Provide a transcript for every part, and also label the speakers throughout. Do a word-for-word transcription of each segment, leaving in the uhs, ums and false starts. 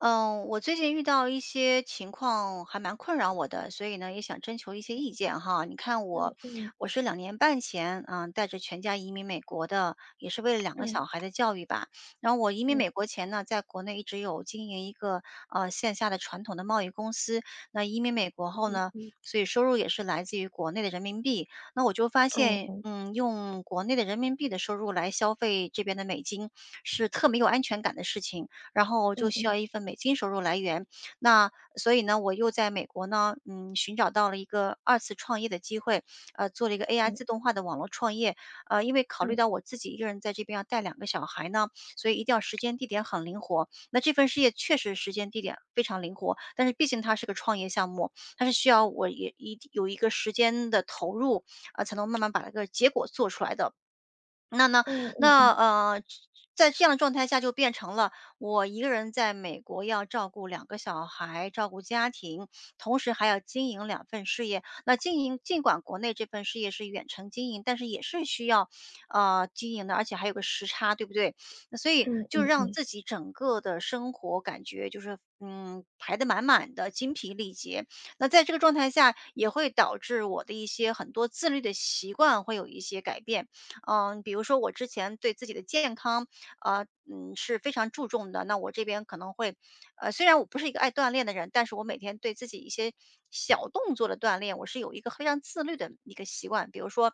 Speaker 1: 嗯，我最近遇到一些情况还蛮困扰我的，所以呢也想征求一些意见哈。你看我，
Speaker 2: 嗯嗯
Speaker 1: 我是两年半前，嗯，带着全家移民美国的，也是为了两个
Speaker 2: 嗯
Speaker 1: 小孩的教育吧。然后我移民
Speaker 2: 嗯
Speaker 1: 美国前呢，在国内一直有经营一个呃线下的传统的贸易公司。那移民美国后
Speaker 2: 嗯
Speaker 1: 呢，
Speaker 2: 嗯，
Speaker 1: 所以收入也是来自于国内的人民币。那我就发
Speaker 2: 哦
Speaker 1: 现，
Speaker 2: 哦，
Speaker 1: 嗯，用国内的人民币的收入来消费这边的美金是特没有安全感的事情。然后就
Speaker 2: 嗯
Speaker 1: 需要
Speaker 2: 嗯
Speaker 1: 一份美金收入来源。那所以呢，我又在美国呢，嗯，寻找到了一个二次创业的机会，呃，做了一个 A I
Speaker 2: 嗯
Speaker 1: 自动化的网络创业。呃，因为考虑
Speaker 2: 嗯
Speaker 1: 到我自己一个人在这边要带两个小孩呢，所以一定要时间地点很灵活。那这份事业确实时间地点非常灵活，但是毕竟它是个创业项目，它是需要我也一有一个时间的投入啊、才能慢慢把这个结果做出来的。那呢
Speaker 2: 嗯嗯嗯
Speaker 1: 那，
Speaker 2: 嗯
Speaker 1: 呃，在这样的状态下就变成了我一个人在美国要照顾两个小孩，照顾家庭，同时还要经营两份事业。那经营尽管国内这份事业是远程经营，但是也是需要，呃，经营的，而且还有个时差，对不对？那所以
Speaker 2: 嗯
Speaker 1: 就让
Speaker 2: 嗯
Speaker 1: 自己整个的生活感觉就是，嗯，排得满满的，精疲力竭。那在这个状态下，也会导致我的一些很多自律的习惯会有一些改变。嗯，比如说我之前对自己的健康，呃，嗯，是非常注重的。那我这边可能会，呃，虽然我不是一个爱锻炼的人，但是我每天对自己一些小动作的锻炼，我是有一个非常自律的一个习惯。比如说，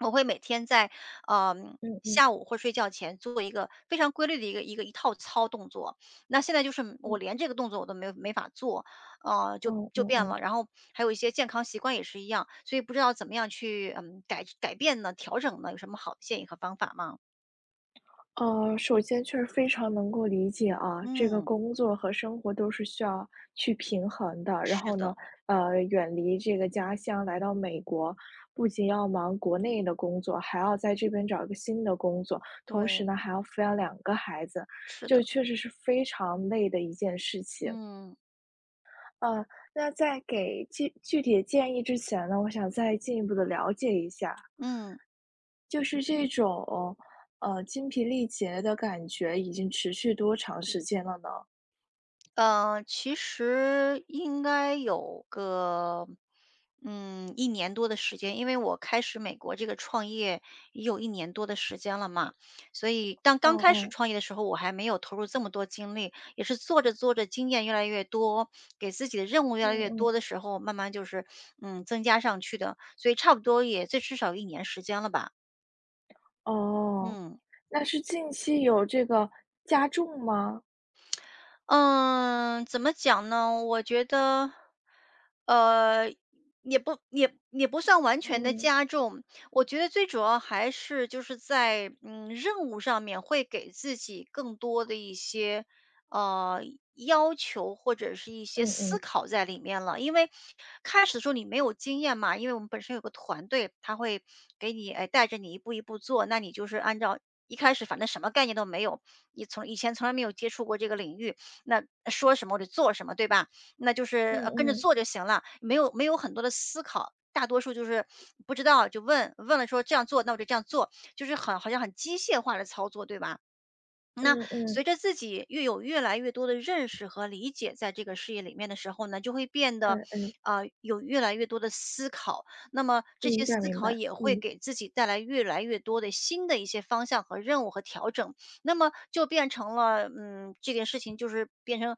Speaker 1: 我会每天在，嗯、
Speaker 2: 嗯嗯
Speaker 1: 下午或睡觉前做一个非常规律的一个一个一套操动作，那现在就是我
Speaker 2: 嗯，
Speaker 1: 连这个动作我都没有没法做，呃，就
Speaker 2: 哦
Speaker 1: 就
Speaker 2: 哦
Speaker 1: 变
Speaker 2: 哦。
Speaker 1: 了。然后还有一些健康习惯也是一样，所以不知道怎么样去嗯改改变呢、调整呢，有什么好的建议和方法吗？
Speaker 2: 呃，首先确实非常能够理解啊，这个
Speaker 1: 嗯，
Speaker 2: 工作和生活都是需要去平衡的。然
Speaker 1: 是
Speaker 2: 后呢，
Speaker 1: 的，
Speaker 2: 呃，远离这个家乡来到美国，不仅要忙国内的工作，还要在这边找一个新的工作，同
Speaker 1: 对，
Speaker 2: 时呢，还要抚养两个孩子，
Speaker 1: 是的，
Speaker 2: 这确实是非常累的一件事情。
Speaker 1: 嗯
Speaker 2: 嗯，那在给具具体的建议之前呢，我想再进一步的了解一下，
Speaker 1: 嗯。
Speaker 2: 就是这种，呃，精疲力竭的感觉已经持续多长时间了呢？
Speaker 1: 呃，其实应该有个，嗯一年多的时间，因为我开始美国这个创业也有一年多的时间了嘛。所以当刚
Speaker 2: 嗯
Speaker 1: 开始
Speaker 2: 嗯，
Speaker 1: 创业的时候，我还没有投入这么多精力，也是做着做着经验越来越多，给自己的任务越
Speaker 2: 嗯
Speaker 1: 来越多
Speaker 2: 嗯，
Speaker 1: 的时候，慢慢就是，嗯，增加上去的，所以差不多也最至少一年时间了吧，
Speaker 2: 哦，
Speaker 1: 嗯。
Speaker 2: 那是近期有这个加重吗？
Speaker 1: 嗯，怎么讲呢？我觉得，呃，也不也也不算完全的
Speaker 2: 嗯，
Speaker 1: 加重。我觉得最主要还是就是在嗯任务上面会给自己更多的一些呃要求或者是一
Speaker 2: 嗯
Speaker 1: 些思
Speaker 2: 嗯，
Speaker 1: 考在里面了。因为开始的时候你没有经验嘛，因为我们本身有个团队，他会给你哎带着你一步一步做，那你就是按照。一开始反正什么概念都没有，你从以前从来没有接触过这个领域，那说什么我就做什么，对吧？那就
Speaker 2: 嗯
Speaker 1: 是，呃跟着
Speaker 2: 嗯，
Speaker 1: 做就行了，没有没有很多的思考，大多数就是不知道就问，问了说这样做，那我就这样做，就是很好像很机械化的操作，对吧？那
Speaker 2: 嗯嗯，
Speaker 1: 随着自己越有越来越多的认识和理解，在这个事业里面的时候呢，就会变得，
Speaker 2: 嗯嗯，
Speaker 1: 呃，有越来越多的思考。那么这
Speaker 2: 明
Speaker 1: 些
Speaker 2: 白
Speaker 1: 思
Speaker 2: 明
Speaker 1: 考
Speaker 2: 白，
Speaker 1: 也会
Speaker 2: 嗯，
Speaker 1: 给自己带来越来越多的新的一些方向和任务和调整。那么就变成了，嗯，这件事情就是变成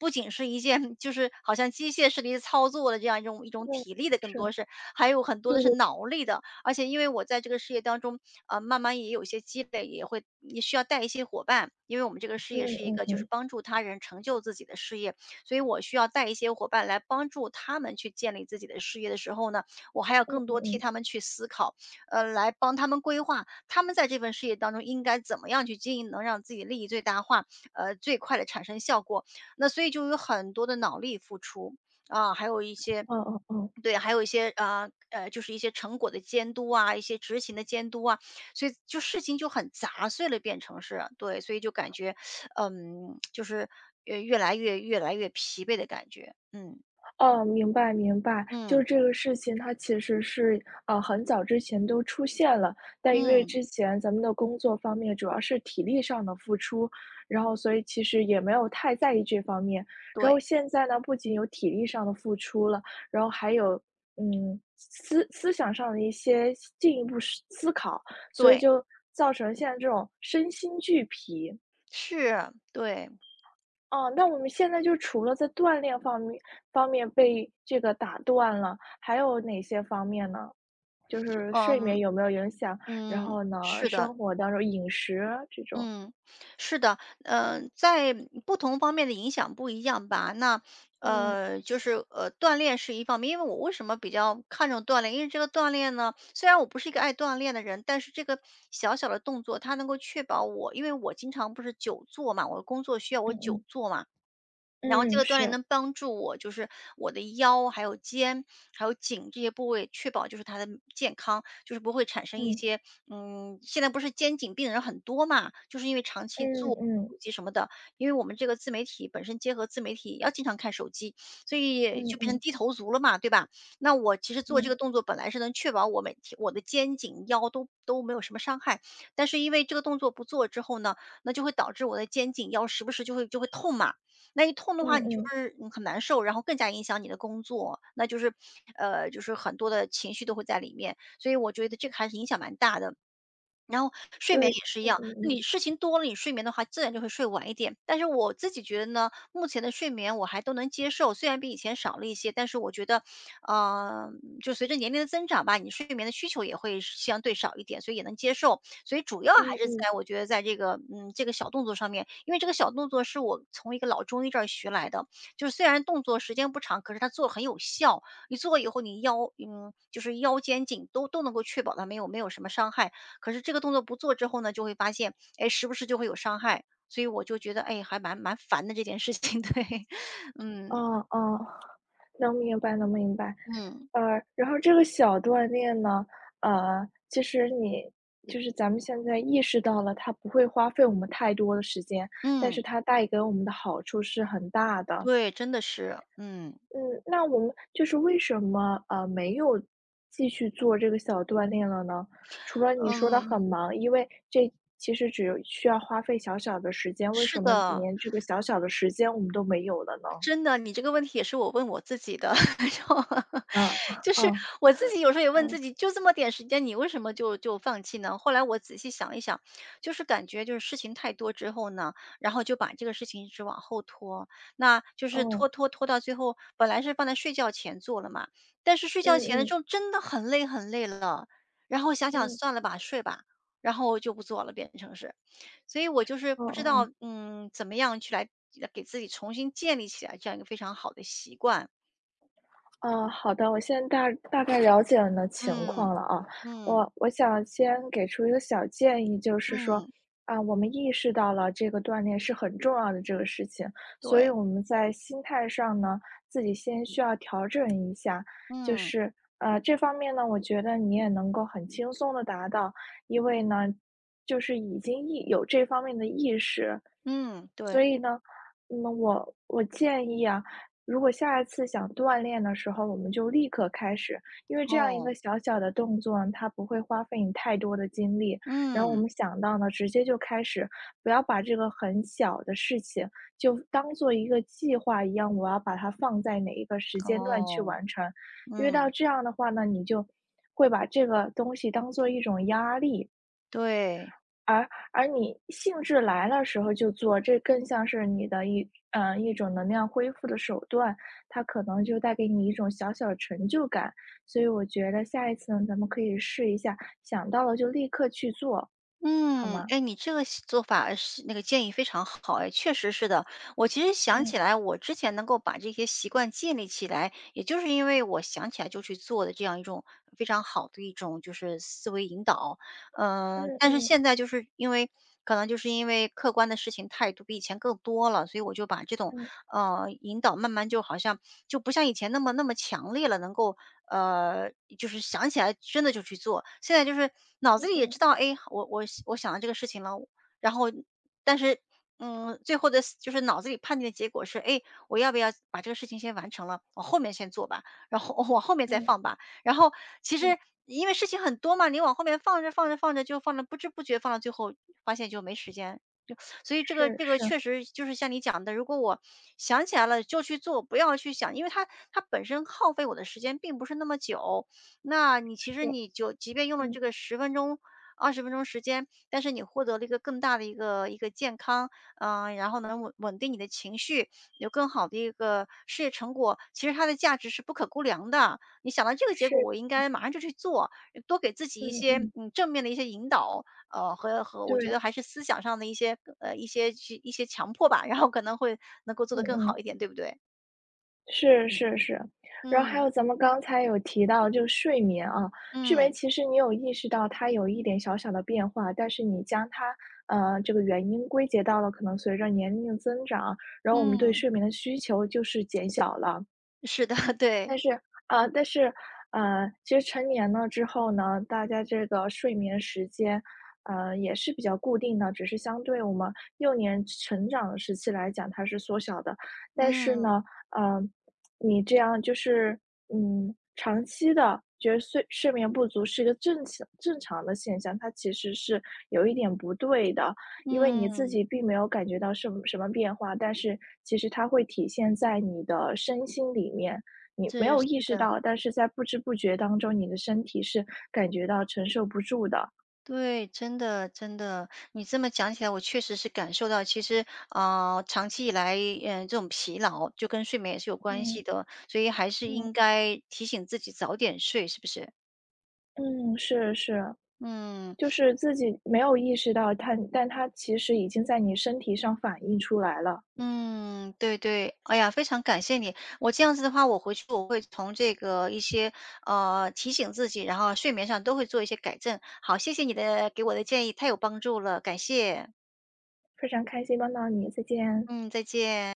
Speaker 1: 不仅是一件 就是好像机械式的一些操作的这样一种一种
Speaker 2: 嗯，
Speaker 1: 体力的，更
Speaker 2: 是，
Speaker 1: 多是还有很多
Speaker 2: 对
Speaker 1: 的是
Speaker 2: 对，
Speaker 1: 脑力的。而且因为我在这个事业当中，呃，慢慢也有一些积累，也会也需要带一些伙伴，因为我们这个事
Speaker 2: 嗯
Speaker 1: 业是一
Speaker 2: 嗯
Speaker 1: 个就是
Speaker 2: 嗯，
Speaker 1: 帮助他人成就自己的事业，所以我需要带一些伙伴来帮助他们去建立自己的事业的时候呢，我还要
Speaker 2: 嗯
Speaker 1: 更
Speaker 2: 嗯
Speaker 1: 多替
Speaker 2: 嗯，
Speaker 1: 他们去思考，呃，来帮他们规划他们在这份事业当中应该怎么样去经营，能让自己利益最大化，呃，最快的产生效果。那所以就有很多的脑力付出啊，还有一些
Speaker 2: 嗯嗯嗯。
Speaker 1: 对，还有一些呃呃，就是一些成果的监督啊，一些执行的监督啊，所以就事情就很杂碎了，变成是，对，所以就感觉，嗯，就是呃越来越越来越疲惫的感觉，嗯
Speaker 2: 哦，明白明白，就
Speaker 1: 嗯
Speaker 2: 是这个事情，它其实是呃很早之前都出现了，但因为
Speaker 1: 嗯，
Speaker 2: 之前咱们的工作方面主要是体力上的付出，然后所以其实也没有太在意这方面。然后
Speaker 1: 对
Speaker 2: 现在呢，不仅有体力上的付出了，然后还有嗯思思想上的一些进一步思思考，所以
Speaker 1: 对
Speaker 2: 就造成现在这种身心俱疲。
Speaker 1: 是，对，
Speaker 2: 哦，那我们现在就除了在锻炼方面方面被这个打断了，还有哪些方面呢？就是睡眠
Speaker 1: 嗯
Speaker 2: 有没有影响？然
Speaker 1: 嗯，
Speaker 2: 后呢，
Speaker 1: 是的，
Speaker 2: 生活当中饮食啊这种，
Speaker 1: 嗯，是的，呃，在不同方面的影响不一样吧。那
Speaker 2: 嗯
Speaker 1: 呃，就是呃，锻炼是一方面，因为我为什么比较看重锻炼？因为这个锻炼呢，虽然我不是一个爱锻炼的人，但是这个小小的动作，它能够确保我，因为我经常不是久坐嘛，我的工作需要我
Speaker 2: 嗯
Speaker 1: 久
Speaker 2: 嗯
Speaker 1: 坐嘛，然后这
Speaker 2: 嗯，
Speaker 1: 个锻炼
Speaker 2: 是，
Speaker 1: 能帮助我，就是我的腰、还有肩、还有颈这些部位，确保就是它的健康，就是不会产生一
Speaker 2: 嗯
Speaker 1: 些，嗯，现在不是肩颈病人很多嘛，就是因为长
Speaker 2: 嗯
Speaker 1: 期做
Speaker 2: 嗯
Speaker 1: 手机什么的，因为我们这个自媒体本身结合自媒体也要经常看手机，所以
Speaker 2: 嗯
Speaker 1: 就变成
Speaker 2: 嗯
Speaker 1: 低头族了嘛，对吧？那我其实做这
Speaker 2: 嗯
Speaker 1: 个动作本来是能确保我每天我的肩颈腰都都没有什么伤害，但是因为这个动作不做之后呢，那就会导致我的肩颈腰时不时就会就会痛嘛。那一痛的
Speaker 2: 嗯
Speaker 1: 话，嗯你就
Speaker 2: 嗯，
Speaker 1: 是嗯很难受，然后更加影响你的工作，那就是，呃，就是很多的情绪都会在里面，所以我觉得这个还是影响蛮大的。然后睡眠
Speaker 2: 对，
Speaker 1: 也是一
Speaker 2: 嗯
Speaker 1: 样，
Speaker 2: 嗯嗯
Speaker 1: 你事情多了，你睡眠的话，自然就会睡晚一点。但是我自己觉得呢，目前的睡眠我还都能接受，虽然比以前少了一些，但是我觉得，嗯，就随着年龄的增长吧，你睡眠的需求也会相对少一点，所以也能接受。所以主要还
Speaker 2: 嗯
Speaker 1: 是
Speaker 2: 嗯。
Speaker 1: 在我觉得在这个嗯这个小动作上面，因为这个小动作是我从一个老中医这儿学来的，就是虽然动作时间不长，可是它做得很有效。你做了以后，你腰嗯就是腰肩颈都都能够确保它没有没有什么伤害。可是这个动作不做之后呢，就会发现，哎，时不时就会有伤害，所以我就觉得，哎，还蛮蛮烦的这件事情。对，嗯
Speaker 2: 哦哦，能明白能明白。
Speaker 1: 嗯
Speaker 2: 呃，然后这个小锻炼呢，呃，其实你就是咱们现在意识到了，它不会花费我们太多的时间，但
Speaker 1: 嗯，
Speaker 2: 是它带给我们的好处是很大的。
Speaker 1: 对，真的是，嗯
Speaker 2: 嗯，那我们就是为什么呃没有继续做这个小锻炼了呢？除了你说的
Speaker 1: 嗯，
Speaker 2: 很忙，因为这其实只需要花费小小的时间，为
Speaker 1: 是
Speaker 2: 什么
Speaker 1: 的。
Speaker 2: 连这个小小的时间我们都没有了呢？
Speaker 1: 真的，你这个问题也是我问我自己的，然后
Speaker 2: 嗯
Speaker 1: 就是
Speaker 2: 嗯
Speaker 1: 我自己有时候也问
Speaker 2: 嗯。
Speaker 1: 自己，就这么点时间，你为什么就就放弃呢？后来我仔细想一想，就是感觉就是事情太多之后呢，然后就把这个事情一直往后拖，那就是
Speaker 2: 哦，
Speaker 1: 拖拖拖到最后，本来是放在睡觉前做了嘛，但是睡觉
Speaker 2: 嗯
Speaker 1: 前的时
Speaker 2: 嗯
Speaker 1: 候真的很累很累了，然后想想
Speaker 2: 嗯，
Speaker 1: 算了吧，睡吧，然后就不做了，变成是。所以我就是
Speaker 2: 哦
Speaker 1: 不知
Speaker 2: 哦
Speaker 1: 道，
Speaker 2: 哦，
Speaker 1: 嗯，怎么样去来呃给自己重新建立起来这样一个非常好的习惯。
Speaker 2: 哦，好的，我现在大大概了解了你的情
Speaker 1: 嗯
Speaker 2: 况了啊。
Speaker 1: 嗯
Speaker 2: 我我想先给出一个小建议，就是说，
Speaker 1: 嗯，
Speaker 2: 啊，我们意识到了这个锻炼是很重要的这个事情，所以
Speaker 1: 对，
Speaker 2: 我们在心态上呢，自己先需要调整一下。就
Speaker 1: 嗯
Speaker 2: 是，呃，这方面呢，我觉得你也能够很轻松的达到，因为呢，就是已经意有这方面的意识。
Speaker 1: 嗯
Speaker 2: 所
Speaker 1: 对，
Speaker 2: 以呢，那么我我建议啊，如果下一次想锻炼的时候，我们就立刻开始，因为这样一个
Speaker 1: 哦，
Speaker 2: 小小的动作呢，它不会花费你太多的精力。然后我
Speaker 1: 嗯
Speaker 2: 们想到呢，直接就开始，不要把这个很小的事情就当做一个计划一样，我要把它放在哪一个时间段去
Speaker 1: 哦，
Speaker 2: 完成。因为到
Speaker 1: 嗯
Speaker 2: 这样的话呢，你就会把这个东西当做一种压力，
Speaker 1: 对。
Speaker 2: 而而你兴致来了时候就做，这更像是你的一呃，一种能量恢复的手段，它可能就带给你一种小小的成就感。所以我觉得下一次呢，咱们可以试一下，想到了就立刻去做，好
Speaker 1: 嗯，
Speaker 2: 吗？
Speaker 1: 哎，你这个是做法是那个建议非常好哎，确实是的。我其实想起
Speaker 2: 嗯
Speaker 1: 来，我之前能够把这些习惯建立起来，也就是因为我想起来就去做的这样一种非常好的一种就是思维引导。嗯，
Speaker 2: 嗯
Speaker 1: 但是
Speaker 2: 嗯
Speaker 1: 现在就是因为可能就是因为客观的事情太多，比以前更多了，所以我就把这种
Speaker 2: 嗯
Speaker 1: 呃，引导慢慢就好像就不像以前那么那么强烈了，能够呃，就是想起来真的就去做。现在就是脑子
Speaker 2: 嗯
Speaker 1: 里也
Speaker 2: 嗯
Speaker 1: 知道，哎，我我我想到这个事情了，然后但是嗯，最后的就是脑子里判定的结果是，哎，我要不要把这个事情先完成了，我后面先做吧，然后 往后面再
Speaker 2: 嗯
Speaker 1: 放吧。然后其
Speaker 2: 嗯，
Speaker 1: 实因为事情很多嘛，你往后面放着放着放着就放着，不知不觉放到最后，发现就没时间。所以这个
Speaker 2: 是
Speaker 1: 这个
Speaker 2: 是
Speaker 1: 确实就是像你讲的，如果我想起来了就去做，不要去想，因为它它本身耗费我的时间并不是那么久。那你其实
Speaker 2: 是。是，
Speaker 1: 你就即便用了
Speaker 2: 嗯
Speaker 1: 这个十分钟、二十分钟时间，但是你获得了一个更大的一个一个健康，嗯，然后能稳稳定你的情绪，有更好的一个事业成果，其实它的价值是不可估量的。你想到这个结果，
Speaker 2: 是，
Speaker 1: 我应该马上就去做，多给自己一
Speaker 2: 嗯
Speaker 1: 些
Speaker 2: 嗯，
Speaker 1: 嗯正面的一些引导，呃，和和我觉
Speaker 2: 对。
Speaker 1: 得还是思想上的一些呃，一些一些强迫吧，然后可能会能够做得
Speaker 2: 嗯
Speaker 1: 更好
Speaker 2: 嗯。
Speaker 1: 一点，对不对？
Speaker 2: 是是是，然后还
Speaker 1: 嗯，
Speaker 2: 有咱们刚才有提到就睡眠啊，睡眠
Speaker 1: 嗯，
Speaker 2: 其实你有意识到它有一点小小的变化，但是你将它，呃，这个原因归结到了可能随着年龄的增长，然后我们对
Speaker 1: 嗯，
Speaker 2: 睡眠的需求就是减小了。
Speaker 1: 是的，
Speaker 2: 但
Speaker 1: 对，
Speaker 2: 是啊，但是呃，其实成年了之后呢，大家这个睡眠时间，呃，也是比较固定的，只是相对我们幼年成长的时期来讲，它是缩小的。但是
Speaker 1: 嗯，
Speaker 2: 呢，呃，你这样就是嗯，长期的觉得睡睡眠不足是一个正常正常的现象，它其实是有一点不对的，因为你自
Speaker 1: 嗯，
Speaker 2: 己并没有感觉到什么什么变化，但是其实它会体现在你的身心里面。你没
Speaker 1: 这
Speaker 2: 有
Speaker 1: 是
Speaker 2: 意识
Speaker 1: 的，
Speaker 2: 到，但是在不知不觉当中，你的身体是感觉到承受不住的。
Speaker 1: 对，真的真的，你这么讲起来，我确实是感受到，其实啊，长期以来，嗯、这种疲劳就跟睡眠也是有关系
Speaker 2: 嗯
Speaker 1: 的，所以还是
Speaker 2: 嗯。
Speaker 1: 应该提醒自己早点睡，是不是？
Speaker 2: 嗯，是是，
Speaker 1: 嗯。
Speaker 2: 就是自己没有意识到它，但它其实已经在你身体上反映出来了。
Speaker 1: 嗯，对对，哎呀，非常感谢你。我这样子的话，我回去我会从这个一些呃提醒自己，然后睡眠上都会做一些改正。好，谢谢你的给我的建议，太有帮助了，感谢。
Speaker 2: 非常开心帮到你，再见。
Speaker 1: 嗯，再见。